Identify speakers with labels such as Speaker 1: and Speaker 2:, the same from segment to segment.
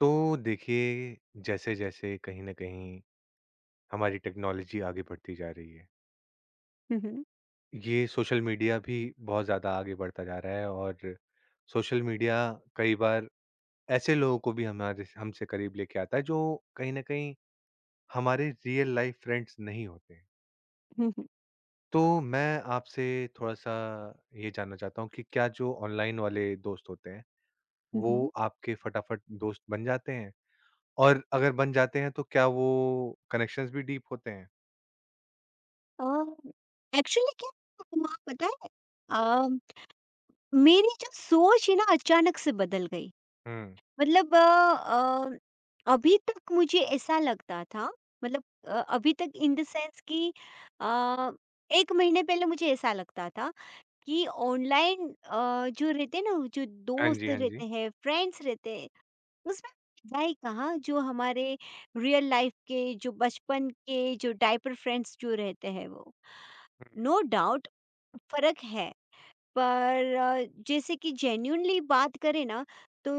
Speaker 1: तो देखिए, जैसे-जैसे कहीं न कहीं हमारी टेक्नोलॉजी आगे बढ़ती जा रही है,
Speaker 2: हुँ, हुँ।
Speaker 1: ये सोशल मीडिया भी बहुत ज़्यादा आगे बढ़ता जा रहा है और सोशल मीडिया कई बार ऐसे लोगों को भी हमारे हमसे करीब लेके आता है, जो कहीं न कहीं हमारे रियल लाइफ़ फ्रेंड्स नहीं होते।
Speaker 2: हुँ, हुँ।
Speaker 1: तो मैं आपसे थोड़ा-सा ये जानना चाहता हूँ कि क्या जो ऑनलाइन वाले दोस्त होते हैं,
Speaker 2: हुँ,
Speaker 1: वो
Speaker 2: हुँ।
Speaker 1: आपके फटाफट दोस्त बन जाते हैं? और अगर बन जाते हैं, तो क्या वो कनेक्शंस भी डीप होते हैं?
Speaker 2: अ, एक्चुअली क्या हुआ पता है? अ, मेरी जो सोच है ना अचानक से बदल गई।
Speaker 1: हुँ।
Speaker 2: मतलब अभी तक मुझे ऐसा लगता था। मतलब अभी तक इन द सेंस कि अ, 1 महीने पहले मुझे ऐसा लगता था कि ऑनलाइन जो रहते हैं ना, जो
Speaker 1: हाँ
Speaker 2: दोस्त
Speaker 1: जी, हाँ जी।
Speaker 2: रहते हैं, फ्रेंड्स रहते हैं उसमें भाई कहाँ जो हमारे रियल लाइफ के जो बचपन के जो डायपर फ्रेंड्स जो रहते हैं वो नो डाउट फर्क है। पर जैसे कि जेन्यूनली बात करें ना तो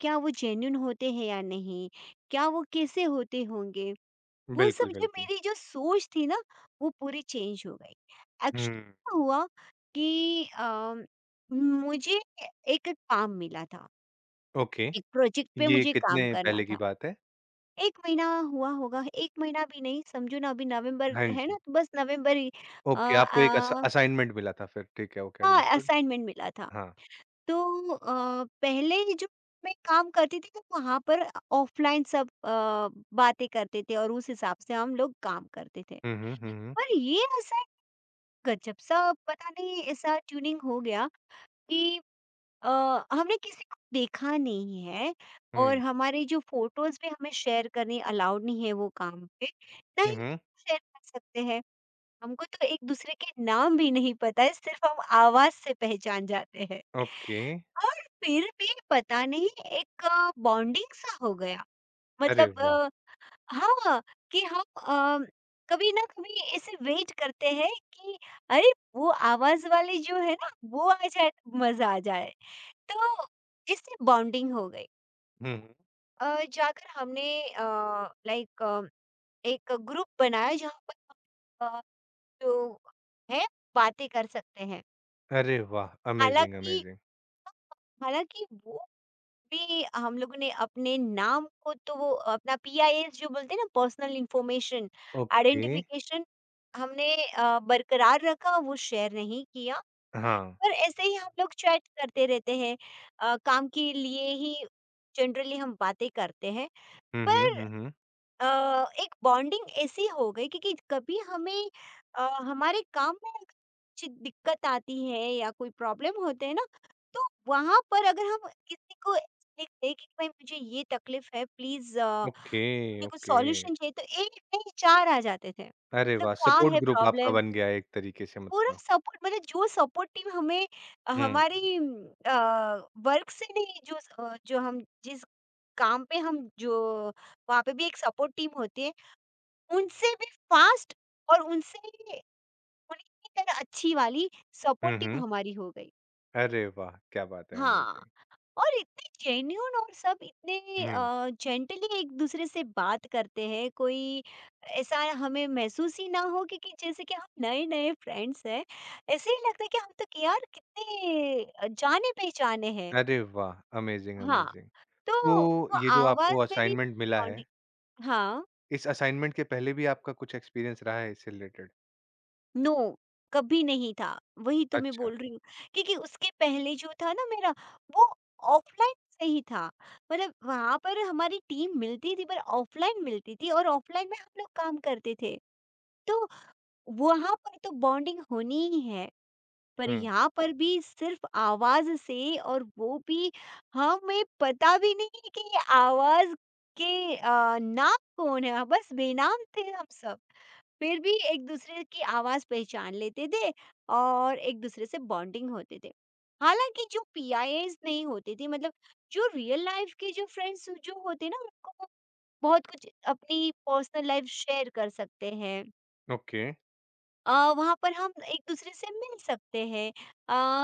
Speaker 2: क्या वो जेन्यून होते हैं या नहीं, क्या वो कैसे होते होंगे,
Speaker 1: हुँ,
Speaker 2: वो
Speaker 1: बिल्कुल,
Speaker 2: सब जो
Speaker 1: बिल्कुल।
Speaker 2: मेरी जो सोच थी ना वो पूरी चेंज हो गई।
Speaker 1: हुँ,
Speaker 2: एक्चुअली हुआ कि मुझे एक काम मिला था।
Speaker 1: ओके।
Speaker 2: एक प्रोजेक्ट पे
Speaker 1: ये
Speaker 2: मुझे काम
Speaker 1: कितने
Speaker 2: करना
Speaker 1: पहले की
Speaker 2: था।
Speaker 1: बात है?
Speaker 2: 1 महीना हुआ होगा, 1 महीना भी नहीं, समझो ना अभी नवंबर
Speaker 1: हाँ
Speaker 2: है
Speaker 1: जी।
Speaker 2: ना, तो बस नवंबर ही। अ,
Speaker 1: ओके, आपको एक
Speaker 2: आ
Speaker 1: असाइनमेंट मिला था फिर, ठीक है, ओके
Speaker 2: हाँ,
Speaker 1: अंडरस्टूड।
Speaker 2: असाइनमेंट मिला था।
Speaker 1: हाँ।
Speaker 2: तो पहले ही जो मैं काम करती थी तो वहाँ पर ऑफलाइन सब बातें करते थे और उस हिसाब से हम लोग काम करते थे।
Speaker 1: हुँ, हुँ, हुँ, हुँ।
Speaker 2: पर ये ऐसा गजब-सा पता नहीं ऐसा ट्यूनिंग हो गया कि अ, हमने किसी को देखा नहीं है, और
Speaker 1: हुँ,
Speaker 2: हमारी जो फ़ोटोज़ भी हमें शेयर करनी अलाउड नहीं है वो काम पे।
Speaker 1: हुँ,
Speaker 2: नहीं
Speaker 1: हुँ,
Speaker 2: शेयर कर सकते हैं। हमको तो एक-दूसरे के नाम भी नहीं पता है, सिर्फ़ हम आवाज़ से पहचान जाते हैं।
Speaker 1: ओके।
Speaker 2: और फिर भी पता नहीं एक बॉन्डिंग-सा हो गया।
Speaker 1: अरे
Speaker 2: मतलब
Speaker 1: वाह!
Speaker 2: हाँ, कि हम कभी ना कभी ऐसे वेट करते हैं कि अरे! वो आवाज़ वाली जो है ना, वो आ जाए, मज़ा आ जाए। तो इससे बॉन्डिंग हो गई।
Speaker 1: हुँ, हुँ।
Speaker 2: जाकर हमने अ, लाइक अ, एक ग्रुप बनाया जहाँ पर हम जो है बातें कर सकते हैं।
Speaker 1: अरे वाह! अमेज़िंग,
Speaker 2: हालाँकि
Speaker 1: अमेज़िंग।
Speaker 2: हालाँकि वो भी हम लोगों ने अपने नाम को तो वो अपना पीआईएस जो बोलते हैं ना, पर्सनल इन्फॉर्मेशन
Speaker 1: ओके,
Speaker 2: आइडेंटिफिकेशन हमने बरकरार रखा, वो शेयर नहीं किया।
Speaker 1: हाँ।
Speaker 2: पर ऐसे ही हम लोग चैट करते रहते हैं। काम के लिए ही जनरली हम बातें करते हैं।
Speaker 1: हुँ, हुँ,
Speaker 2: पर
Speaker 1: हुँ, हुँ।
Speaker 2: अ, एक बॉन्डिंग ऐसी हो गई क्योंकि कभी हमें हमारे काम में अगर कुछ दिक्कत आती है या कोई प्रॉब्लम होते हैं ना, तो वहां पर अगर हम किसी को लिख दें कि भाई मुझे ये तकलीफ है, प्लीज
Speaker 1: ओके,
Speaker 2: मुझे कुछ
Speaker 1: ओके।
Speaker 2: सॉल्यूशन चाहिए, तो एक नहीं चार आ जाते थे
Speaker 1: अरे
Speaker 2: मतलब
Speaker 1: वाह!
Speaker 2: क्या
Speaker 1: सपोर्ट
Speaker 2: है
Speaker 1: ग्रुप आपका
Speaker 2: प्रॉब्लम।
Speaker 1: बन गया एक तरीके से
Speaker 2: पूरा
Speaker 1: मतलब।
Speaker 2: सपोर्ट, मतलब जो सपोर्ट टीम हमें
Speaker 1: हुँ,
Speaker 2: हमारी वर्क से नहीं, जो जो हम जिस काम पे हम जो वहाँ पे भी एक सपोर्ट टीम होती है, उनसे भी फास्ट और उनसे उन्हीं की तरह अच्छी वाली
Speaker 1: हुँ,
Speaker 2: सपोर्ट टीम
Speaker 1: हुँ।
Speaker 2: हमारी हो गई।
Speaker 1: अरे वाह! क्या बात है,
Speaker 2: हाँ,
Speaker 1: अमेज़िंग।
Speaker 2: और इतने जेन्युइन और सब इतने
Speaker 1: हुँ,
Speaker 2: जेंटली एक-दूसरे से बात करते हैं। कोई ऐसा हमें महसूस ही ना हो कि जैसे कि हम नए-नए फ्रेंड्स हैं, ऐसे ही लगता है कि हम तो कि यार कितने जाने-पहचाने हैं।
Speaker 1: अरे वाह! अमेज़िंग,
Speaker 2: हाँ,
Speaker 1: अमेज़िंग।
Speaker 2: तो
Speaker 1: तो
Speaker 2: वो
Speaker 1: ये जो आपको
Speaker 2: आवाज़ में भी
Speaker 1: असाइनमेंट मिला है,
Speaker 2: कॉन्डि हाँ।
Speaker 1: इस असाइनमेंट के पहले भी आपका कुछ एक्सपीरियंस रहा है इससे रिलेटेड?
Speaker 2: नो, कभी नहीं था, वही तो मैं
Speaker 1: अच्छा।
Speaker 2: बोल रही हूँ क्योंकि उसके पहले जो था ना मेरा, वो ऑफलाइन से ही था। मतलब वहां पर हमारी टीम मिलती थी, पर ऑफलाइन मिलती थी, और ऑफलाइन में हम लोग काम करते थे। तो वहां पर तो बॉन्डिंग होनी ही है, पर
Speaker 1: हुँ,
Speaker 2: यहाँ पर भी सिर्फ़ आवाज़ से, और वो भी हमें पता भी नहीं है कि ये आवाज़ के नाम कौन है? बस बेनाम थे हम सब। फिर भी एक-दूसरे की आवाज़ पहचान लेते थे और एक-दूसरे से बॉन्डिंग होते थे। हालाँकि जो पीआईएस नहीं होते थे, मतलब जो रियल लाइफ़ के जो फ्रेंड्स जो होते हैं ना उनको बहुत कुछ अपनी पर्सनल लाइफ़ शेयर कर सकते हैं।
Speaker 1: ओके।
Speaker 2: अ, वहाँ पर हम एक-दूसरे से मिल सकते हैं।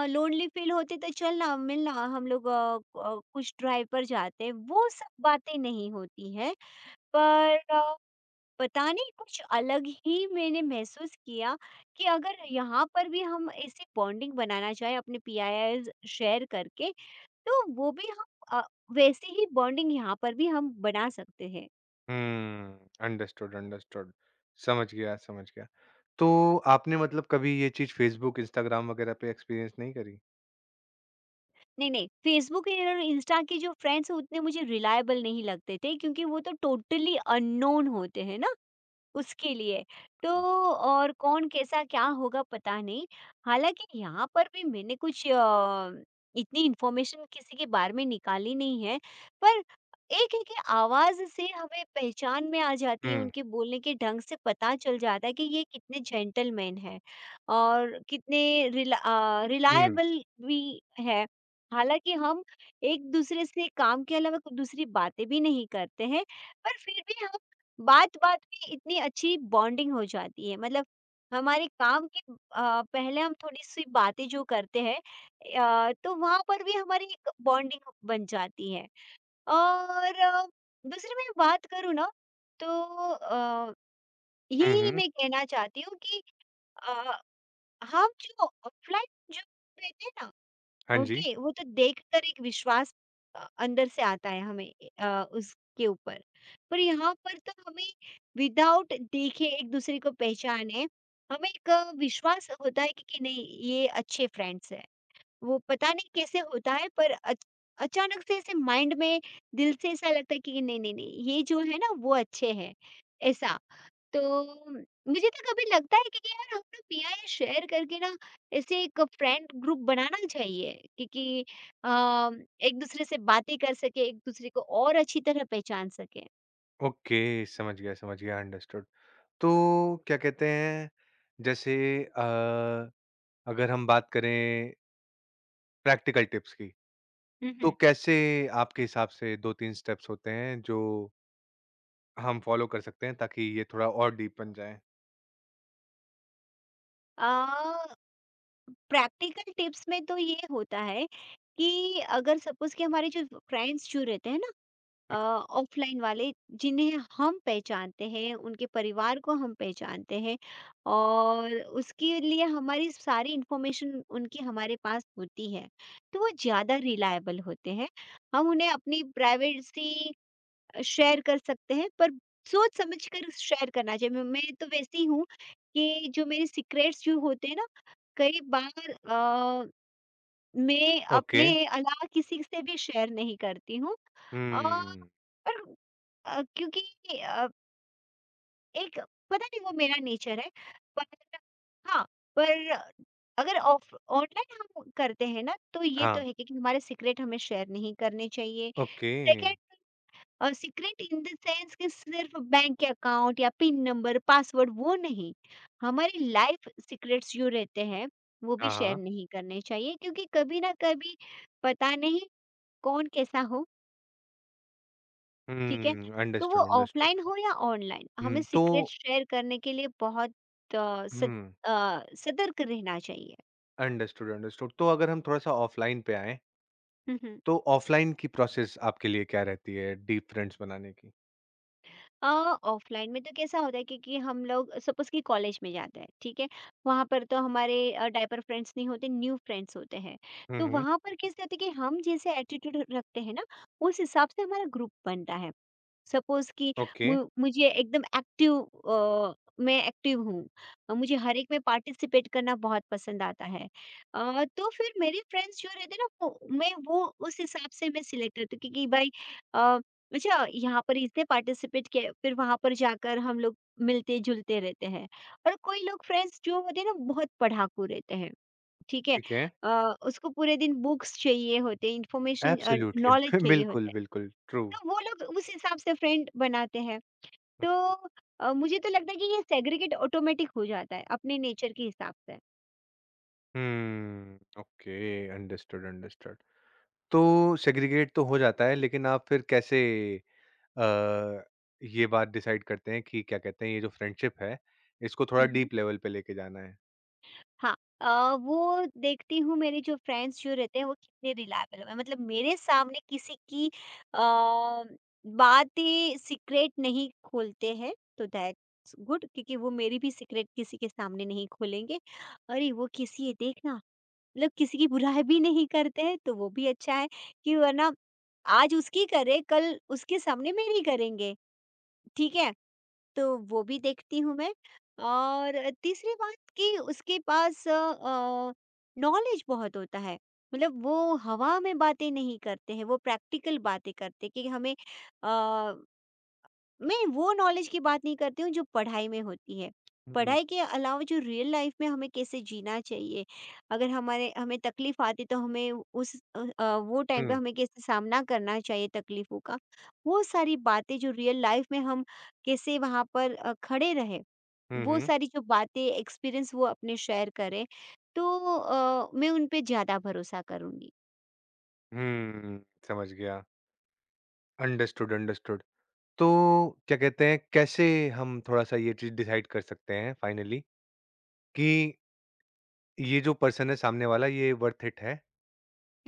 Speaker 2: लोनली फ़ील होती तो चल ना, मिल ना, हम लोग क कुछ ड्राइव पर जाते हैं, वो सब बातें नहीं होती हैं। पर पता नहीं कुछ अलग ही मैंने महसूस किया कि अगर यहाँ पर भी हम ऐसी बॉन्डिंग बनाना चाहें अपने पीआईआईज़ शेयर करके, तो वो भी हम अ, वैसी ही बॉन्डिंग यहाँ पर भी हम बना सकते हैं।
Speaker 1: हुँ, अंडरस्टूड, अंडरस्टूड। समझ गया, समझ गया। तो आपने मतलब कभी ये चीज़ फ़ेसबुक, इंस्टाग्राम वगैरह पे एक्सपीरियंस नहीं करी?
Speaker 2: नहीं, नहीं, फेसबुक और इंस्टा के जो फ्रेंड्स हैं उतने मुझे रिलाएबल नहीं लगते थे क्योंकि वो तो टोटली अननोन होते हैं ना उसके लिए। तो और कौन कैसा क्या होगा पता नहीं। हालाँकि यहाँ पर भी मैंने कुछ इतनी इन्फॉर्मेशन किसी के बारे में निकाली नहीं है, पर एक है कि आवाज़ से हमें पहचान में आ जाती है,
Speaker 1: हुँ,
Speaker 2: उनके बोलने के ढंग से पता चल जाता है कि ये कितने जेंटलमैन हैं और कितने
Speaker 1: हुँ,
Speaker 2: रिलाएबल भी हैं। हालाँकि हम एक-दूसरे से काम के अलावा कुछ दूसरी बातें भी नहीं करते हैं, पर फिर भी हम बात बात में इतनी अच्छी बॉन्डिंग हो जाती है। मतलब हमारे काम के पहले हम थोड़ी सी बातें जो करते हैं, तो वहां पर भी हमारी एक बॉन्डिंग बन जाती है। और दूसरे में बात करूँ ना तो अ,
Speaker 1: हुँ,
Speaker 2: यही
Speaker 1: हुँ।
Speaker 2: मैं कहना चाहती हूँ कि अ, हम जो ऑफलाइन जो रहते हैं ना,
Speaker 1: हाँ जी।
Speaker 2: ओके, वो तो देखकर एक विश्वास अंदर से आता है हमें उसके ऊपर। पर यहाँ पर तो हमें विदाउट देखे एक-दूसरे को पहचाने, हमें एक विश्वास होता है कि नहीं ये अच्छे फ्रेंड्स हैं। वो पता नहीं कैसे होता है, पर अच अचानक से ऐसे माइंड में, दिल से ऐसा लगता है कि नहीं, नहीं, नहीं ये जो है ना वो अच्छे हैं, ऐसा। तो मुझे तो कभी लगता है कि यार हम लोग पीआई शेयर करके ना ऐसे एक फ्रेंड ग्रुप बनाना चाहिए क्योंकि अ, एक दूसरे से बातें कर सके, एक दूसरे को और अच्छी तरह पहचान सके।
Speaker 1: ओके, समझ गया, अंडरस्टूड। तो क्या कहते हैं, जैसे अ, अगर हम बात करें प्रैक्टिकल टिप्स की तो
Speaker 2: हम्म।
Speaker 1: कैसे आपके हिसाब से 2-3 स्टेप्स होते हैं जो हम फ़ॉलो कर सकते हैं ताकि ये थोड़ा और डीप बन जाए?
Speaker 2: आ, प्रैक्टिकल टिप्स में तो ये होता है कि अगर सपोज कि हमारे जो फ्रेंड्स जो रहते हैं ना,
Speaker 1: हुँ,
Speaker 2: ऑफ़लाइन वाले, जिन्हें हम पहचानते हैं, उनके परिवार को हम पहचानते हैं, और उसके लिए हमारी सारी इन्फॉर्मेशन उनकी हमारे पास होती है, तो वो ज़्यादा रिलाएबल होते हैं। हम उन्हें अपनी प्राइवेसी शेयर कर सकते हैं, पर सोच समझ कर शेयर करना चाहिए। मैं तो वैसी हूँ कि जो मेरे सीक्रेट्स जो होते हैं ना, कई बार अ मैं
Speaker 1: ओके।
Speaker 2: अपने अलावा किसी से भी शेयर नहीं करती हूँ। अ,
Speaker 1: हुँ,
Speaker 2: पर क्योंकि अ, एक पता नहीं वो मेरा नेचर है, पर हाँ, पर अगर ऑफ ऑनलाइन हम करते हैं ना, तो ये तो
Speaker 1: हाँ,
Speaker 2: है कि हमारे सीक्रेट हमें शेयर नहीं करने चाहिए।
Speaker 1: ओके।
Speaker 2: सेकंड, और सीक्रेट इन द सेंस कि सिर्फ बैंक अकाउंट या पिन नंबर पासवर्ड, वो नहीं, हमारी लाइफ सीक्रेट्स जो रहते हैं वो भी
Speaker 1: हाँ,
Speaker 2: शेयर
Speaker 1: हाँ।
Speaker 2: नहीं करने चाहिए, क्योंकि कभी ना कभी पता नहीं कौन कैसा हो। ठीक है?
Speaker 1: हुँ,
Speaker 2: तो वो
Speaker 1: अंडरस्टूड,
Speaker 2: ऑफलाइन
Speaker 1: अंडरस्टूड।
Speaker 2: हो या ऑनलाइन, हमें
Speaker 1: हुँ,
Speaker 2: सीक्रेट
Speaker 1: तो
Speaker 2: शेयर करने के लिए बहुत अ, सत-
Speaker 1: हुँ,
Speaker 2: सतर्क रहना चाहिए।
Speaker 1: Understood, understood. तो अगर हम थोड़ा-सा ऑफ़लाइन पे आएँ, तो ऑफ़लाइन की प्रोसेस आपके लिए क्या रहती है डीप फ्रेंड्स बनाने की?
Speaker 2: अ, ऑफलाइन में तो कैसा होता है कि हम लोग सपोज़ कि कॉलेज में जाते हैं, ठीक है? वहाँ पर तो हमारे डायपर फ्रेंड्स नहीं होते, न्यू फ्रेंड्स होते हैं।
Speaker 1: हुँ,
Speaker 2: तो
Speaker 1: हुँ,
Speaker 2: वहाँ पर कैसे होता है कि हम जैसे एटीट्यूड रखते हैं ना, उस हिसाब से हमारा ग्रुप बनता है। सपोज़ कि
Speaker 1: ओके,
Speaker 2: मु मुझे एकदम एक्टिव, मैं एक्टिव हूँ। मुझे हर एक में पार्टिसिपेट करना बहुत पसंद आता है। तो फिर मेरे फ्रेंड्स जो रहते हैं ना, वो मैं वो उस हिसाब से मैं सिलेक्ट रहती हूँ, क्योंकि भाई अ, अच्छा, यहाँ पर इसने पार्टिसिपेट किया, फिर वहाँ पर जाकर हम लोग मिलते-जुलते रहते हैं। और कोई लोग फ्रेंड्स जो होते हैं ना, बहुत पढ़ाकू रहते हैं, ठीक है?
Speaker 1: ठीक है।
Speaker 2: अ, उसको पूरे दिन बुक्स चाहिए होते हैं, इन्फॉर्मेशन
Speaker 1: एब्सोल्युटली
Speaker 2: नॉलेज चाहिए
Speaker 1: बिल्कुल,
Speaker 2: होता है।
Speaker 1: बिल्कुल, ट्रू।
Speaker 2: तो वो लोग उस हिसाब से फ्रेंड बनाते हैं। तो मुझे तो लगता है कि ये सेग्रीगेट ऑटोमेटिक हो जाता है अपने नेचर के हिसाब से।
Speaker 1: हुँ, ओके, अंडरस्टूड, अंडरस्टूड। तो सेग्रीगेट तो हो जाता है लेकिन आप फिर कैसे अ, ये बात डिसाइड करते हैं कि क्या कहते हैं ये जो फ्रेंडशिप है इसको थोड़ा
Speaker 2: हुँ, हुँ।
Speaker 1: डीप लेवल पे लेके जाना है?
Speaker 2: हाँ। वो देखती हूँ मेरे जो फ्रेंड्स जो रहते हैं वो कितने रिलायबल हैं। मतलब मेरे सामने किसी की अ, बातें सीक्रेट नहीं खोलते हैं तो दैट्स गुड, क्योंकि वो मेरी भी सीक्रेट किसी के सामने नहीं खोलेंगे। अरे! वो किसी है देखना, मतलब किसी की बुराई भी नहीं करते हैं तो वो भी अच्छा है कि वरना आज उसकी करे, कल उसके सामने मेरी करेंगे, ठीक है? तो वो भी देखती हूँ मैं और तीसरी बात कि उसके पास नॉलेज बहुत होता है। मतलब वो हवा में बातें नहीं करते हैं, वो प्रैक्टिकल बातें करते हैं कि हमें मैं वो नॉलेज की बात नहीं करती हूँ जो पढ़ाई में होती है।
Speaker 1: हुँ,
Speaker 2: पढ़ाई के अलावा जो रियल लाइफ में हमें कैसे जीना चाहिए, अगर हमारे हमें तकलीफ़ आती तो हमें उस वो टाइम पे
Speaker 1: हुँ,
Speaker 2: हमें कैसे सामना करना चाहिए तकलीफ़ों का, वो सारी बातें जो रियल लाइफ में हम कैसे वहाँ पर खड़े रहें,
Speaker 1: हुँ,
Speaker 2: वो
Speaker 1: हुँ,
Speaker 2: सारी जो बातें एक्सपीरियंस वो अपने शेयर करें, तो मैं उन पे ज़्यादा भरोसा करूँगी।
Speaker 1: हुँ, समझ गया। Understood, understood. तो क्या कहते हैं कैसे हम थोड़ा-सा ये चीज़ डिसाइड कर सकते हैं फाइनली कि ये जो पर्सन है सामने वाला ये वर्थ इट है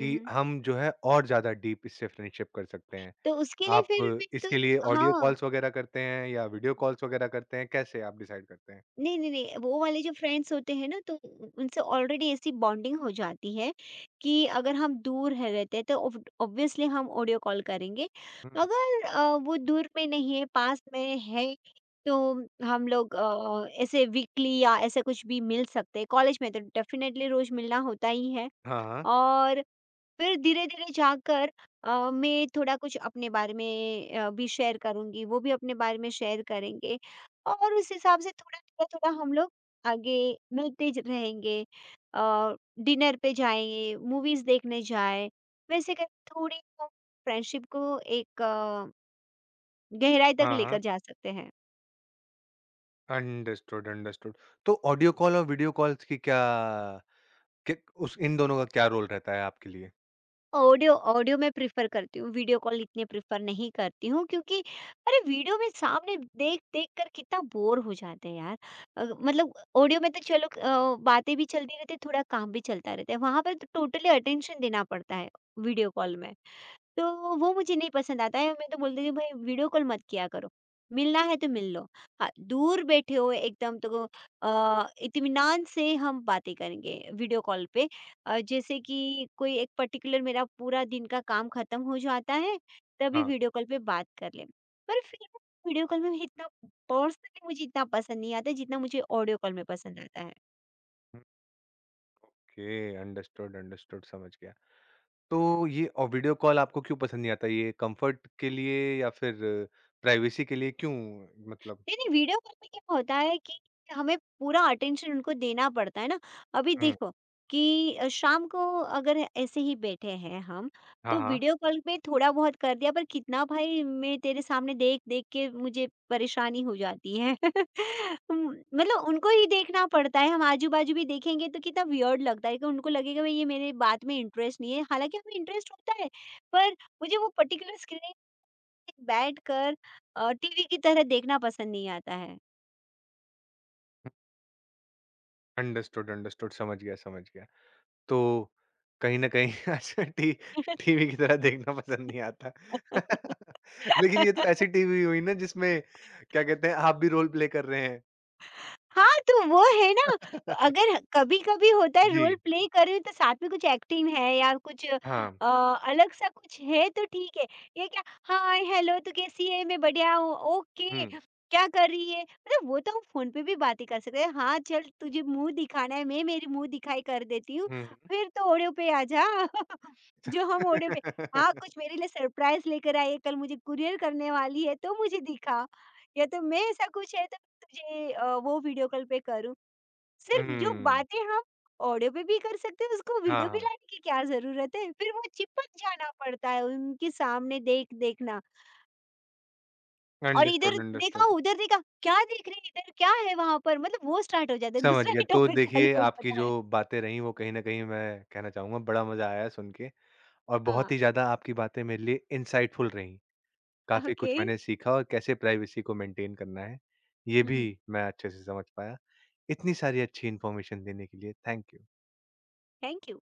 Speaker 2: हुँ, हुँ।
Speaker 1: हम जो है और ज़्यादा डीप इससे फ्रेंडशिप कर सकते हैं?
Speaker 2: तो उसके लिए फिर
Speaker 1: आप
Speaker 2: मैं
Speaker 1: इसके लिए
Speaker 2: तो
Speaker 1: ऑडियो
Speaker 2: हाँ।
Speaker 1: कॉल्स वगैरह करते हैं या वीडियो कॉल्स वगैरह करते हैं? कैसे आप डिसाइड करते हैं?
Speaker 2: नहीं, नहीं, नहीं, वो वाले जो फ्रेंड्स होते हैं ना, तो उ उनसे ऑलरेडी ऐसी बॉन्डिंग हो जाती है कि अगर हम दूर है रहते हैं, तो ऑब ऑब्वियसली हम ऑडियो कॉल करेंगे।
Speaker 1: हुँ।
Speaker 2: अगर वो दूर में नहीं है, पास में है, तो हम लोग ऐसे वीकली या ऐसे कुछ भी मिल सकते हैं। कॉलेज में तो डेफ़िनेटली रोज़ मिलना होता ही है
Speaker 1: हाँ, हाँ।
Speaker 2: और फिर धीरे-धीरे जाकर मैं थोड़ा कुछ अपने बारे में भी शेयर करूँगी, वो भी अपने बारे में शेयर करेंगे और उस हिसाब से थोड़ा-थोड़ा-थोड़ा हम लोग आगे मिलते ज रहेंगे। अ, डिनर पे जाएँ, मूवीज़ देखने जाएँ, वैसे करके थोड़ी हम फ्रेंडशिप को एक गहराई तक
Speaker 1: हाँ,
Speaker 2: लेकर
Speaker 1: हाँ।
Speaker 2: जा सकते हैं।
Speaker 1: Understood, understood. तो ऑडियो कॉल और वीडियो कॉल्स की क्या क उस इन दोनों का क्या रोल रहता है आपके लिए?
Speaker 2: ऑडियो, ऑडियो मैं प्रेफ़र करती हूँ, वीडियो कॉल इतने प्रेफ़र नहीं करती हूँ क्योंकि अरे! वीडियो में सामने देख-देख कर कितना बोर हो जाते हैं यार। मतलब ऑडियो में तो चलो बातें भी चलती रहती है, थोड़ा काम भी चलता रहता है, वहाँ पर तो टोटली अटेंशन देना पड़ता है वीडियो कॉल में। तो वो मुझे नहीं पसंद आता है, मैं तो बोलती हूँ भाई वीडियो कॉल मत किया करो। मिलना है तो मिल लो। हाँ, दूर बैठे हो एकदम तो इत्मीनान से हम बातें करेंगे वीडियो कॉल पे। जैसे कि कोई एक पर्टिकुलर मेरा पूरा दिन का काम खत्म हो जाता है, तभी
Speaker 1: हाँ।
Speaker 2: वीडियो कॉल पे बात कर लें। पर फिर वीडियो कॉल में इतना पर्सनली मुझे इतना पसंद नहीं आता जितना मुझे ऑडियो कॉल में पसंद आता है।
Speaker 1: ओके, अंडरस्टूड, अंडरस्टूड समझ गया। तो ये औ वीडियो कॉल आपको क्यों पसंद नहीं आता? ये कम्फर्ट के लिए या फिर प्राइवेसी के लिए क्यों मतलब
Speaker 2: नहीं, नहीं वीडियो कॉल में क्या होता है कि हमें पूरा अटेंशन उनको देना पड़ता है ना। अभी
Speaker 1: हुँ।
Speaker 2: देखो कि शाम को अगर ऐसे ही बैठे हैं हम,
Speaker 1: हाँ,
Speaker 2: तो
Speaker 1: हाँ।
Speaker 2: वीडियो कॉल में थोड़ा बहुत कर दिया पर कितना भाई मैं तेरे सामने देख-देख के मुझे परेशानी हो जाती है। उम, मतलब उनको ही देखना पड़ता है, हम आजू-बाजू भी देखेंगे तो कितना वियर्ड लगता है कि उनको लगेगा भई ये मेरे बात में इंटरेस्ट नहीं है, हालाँकि हमें इंटरेस्ट होता है, पर मुझे वो पर्टिकुलर स्क्रीन बैठकर टीवी की तरह देखना पसंद नहीं आता है।
Speaker 1: अंडरस्टूड, अंडरस्टूड समझ गया, समझ गया। तो कहीं न कहीं अच्छा टी टीवी की तरह देखना पसंद नहीं आता। लेकिन ये तो ऐसी टीवी हुई ना जिसमें क्या कहते हैं आप भी रोल प्ले कर रहे हैं।
Speaker 2: हाँ, तो वो है ना, अगर कभी-कभी होता है रोल
Speaker 1: जी,
Speaker 2: प्ले कर रही हूँ तो साथ में कुछ एक्टिंग है या कुछ
Speaker 1: हाँ।
Speaker 2: अलग-सा कुछ है तो ठीक है। ये क्या हाय, हेलो तू कैसी है? मैं बढ़िया हूँ। ओके,
Speaker 1: हुँ,
Speaker 2: क्या कर रही है? मतलब वो तो हम फ़ोन पे भी बातें कर सकते हैं। हाँ, चल तुझे मुँह दिखाना है, मैं मेरी मुँह दिखाई कर देती हूँ,
Speaker 1: हुँ।
Speaker 2: फिर तो ओढ़े पे आ जा। जो
Speaker 1: हुँ।
Speaker 2: हम ओढ़े पे हाँ, कुछ मेरे लिए सरप्राइज़ लेकर आई है, कल मुझे कुरियर करने वाली है, तो मुझे दिखा। या तो मैं ऐसा कुछ है तो तुझे वो वीडियो कॉल पे करूँ। सिर्फ़ जो बातें हम ऑडियो पे भी कर सकते हैं, उसको
Speaker 1: हाँ,
Speaker 2: वीडियो पे
Speaker 1: हाँ।
Speaker 2: लाने की क्या ज़रूरत है? फिर वो चिपक जाना पड़ता है उनके सामने देख देखना और इधर
Speaker 1: अंडरस्टूड,
Speaker 2: देखा,
Speaker 1: अंडरस्टूड।
Speaker 2: उधर देखा, क्या देख रही है इधर, क्या है वहाँ पर? मतलब वो स्टार्ट हो जाता है,
Speaker 1: समझ
Speaker 2: दूसरा
Speaker 1: गया।
Speaker 2: ही
Speaker 1: तो
Speaker 2: टॉपिक चालू
Speaker 1: देखिए
Speaker 2: हो
Speaker 1: आपकी
Speaker 2: जाता
Speaker 1: जो
Speaker 2: है।
Speaker 1: बातें रहीं वो कहीं न कहीं मैं कहना चाहूँगा बड़ा मज़ा आया सुन के और बहुत
Speaker 2: हाँ,
Speaker 1: ही ज़्यादा आपकी बातें मेरे लिए इनसाइटफुल रहीं। काफ़ी
Speaker 2: ओके।
Speaker 1: कुछ मैंने सीखा और कैसे प्राइवेसी को मेंटेन करना है, ये
Speaker 2: हुँ,
Speaker 1: भी
Speaker 2: हुँ।
Speaker 1: मैं अच्छे से समझ पाया। इतनी सारी अच्छी इन्फॉर्मेशन देने के लिए थैंक यू।
Speaker 2: Thank you.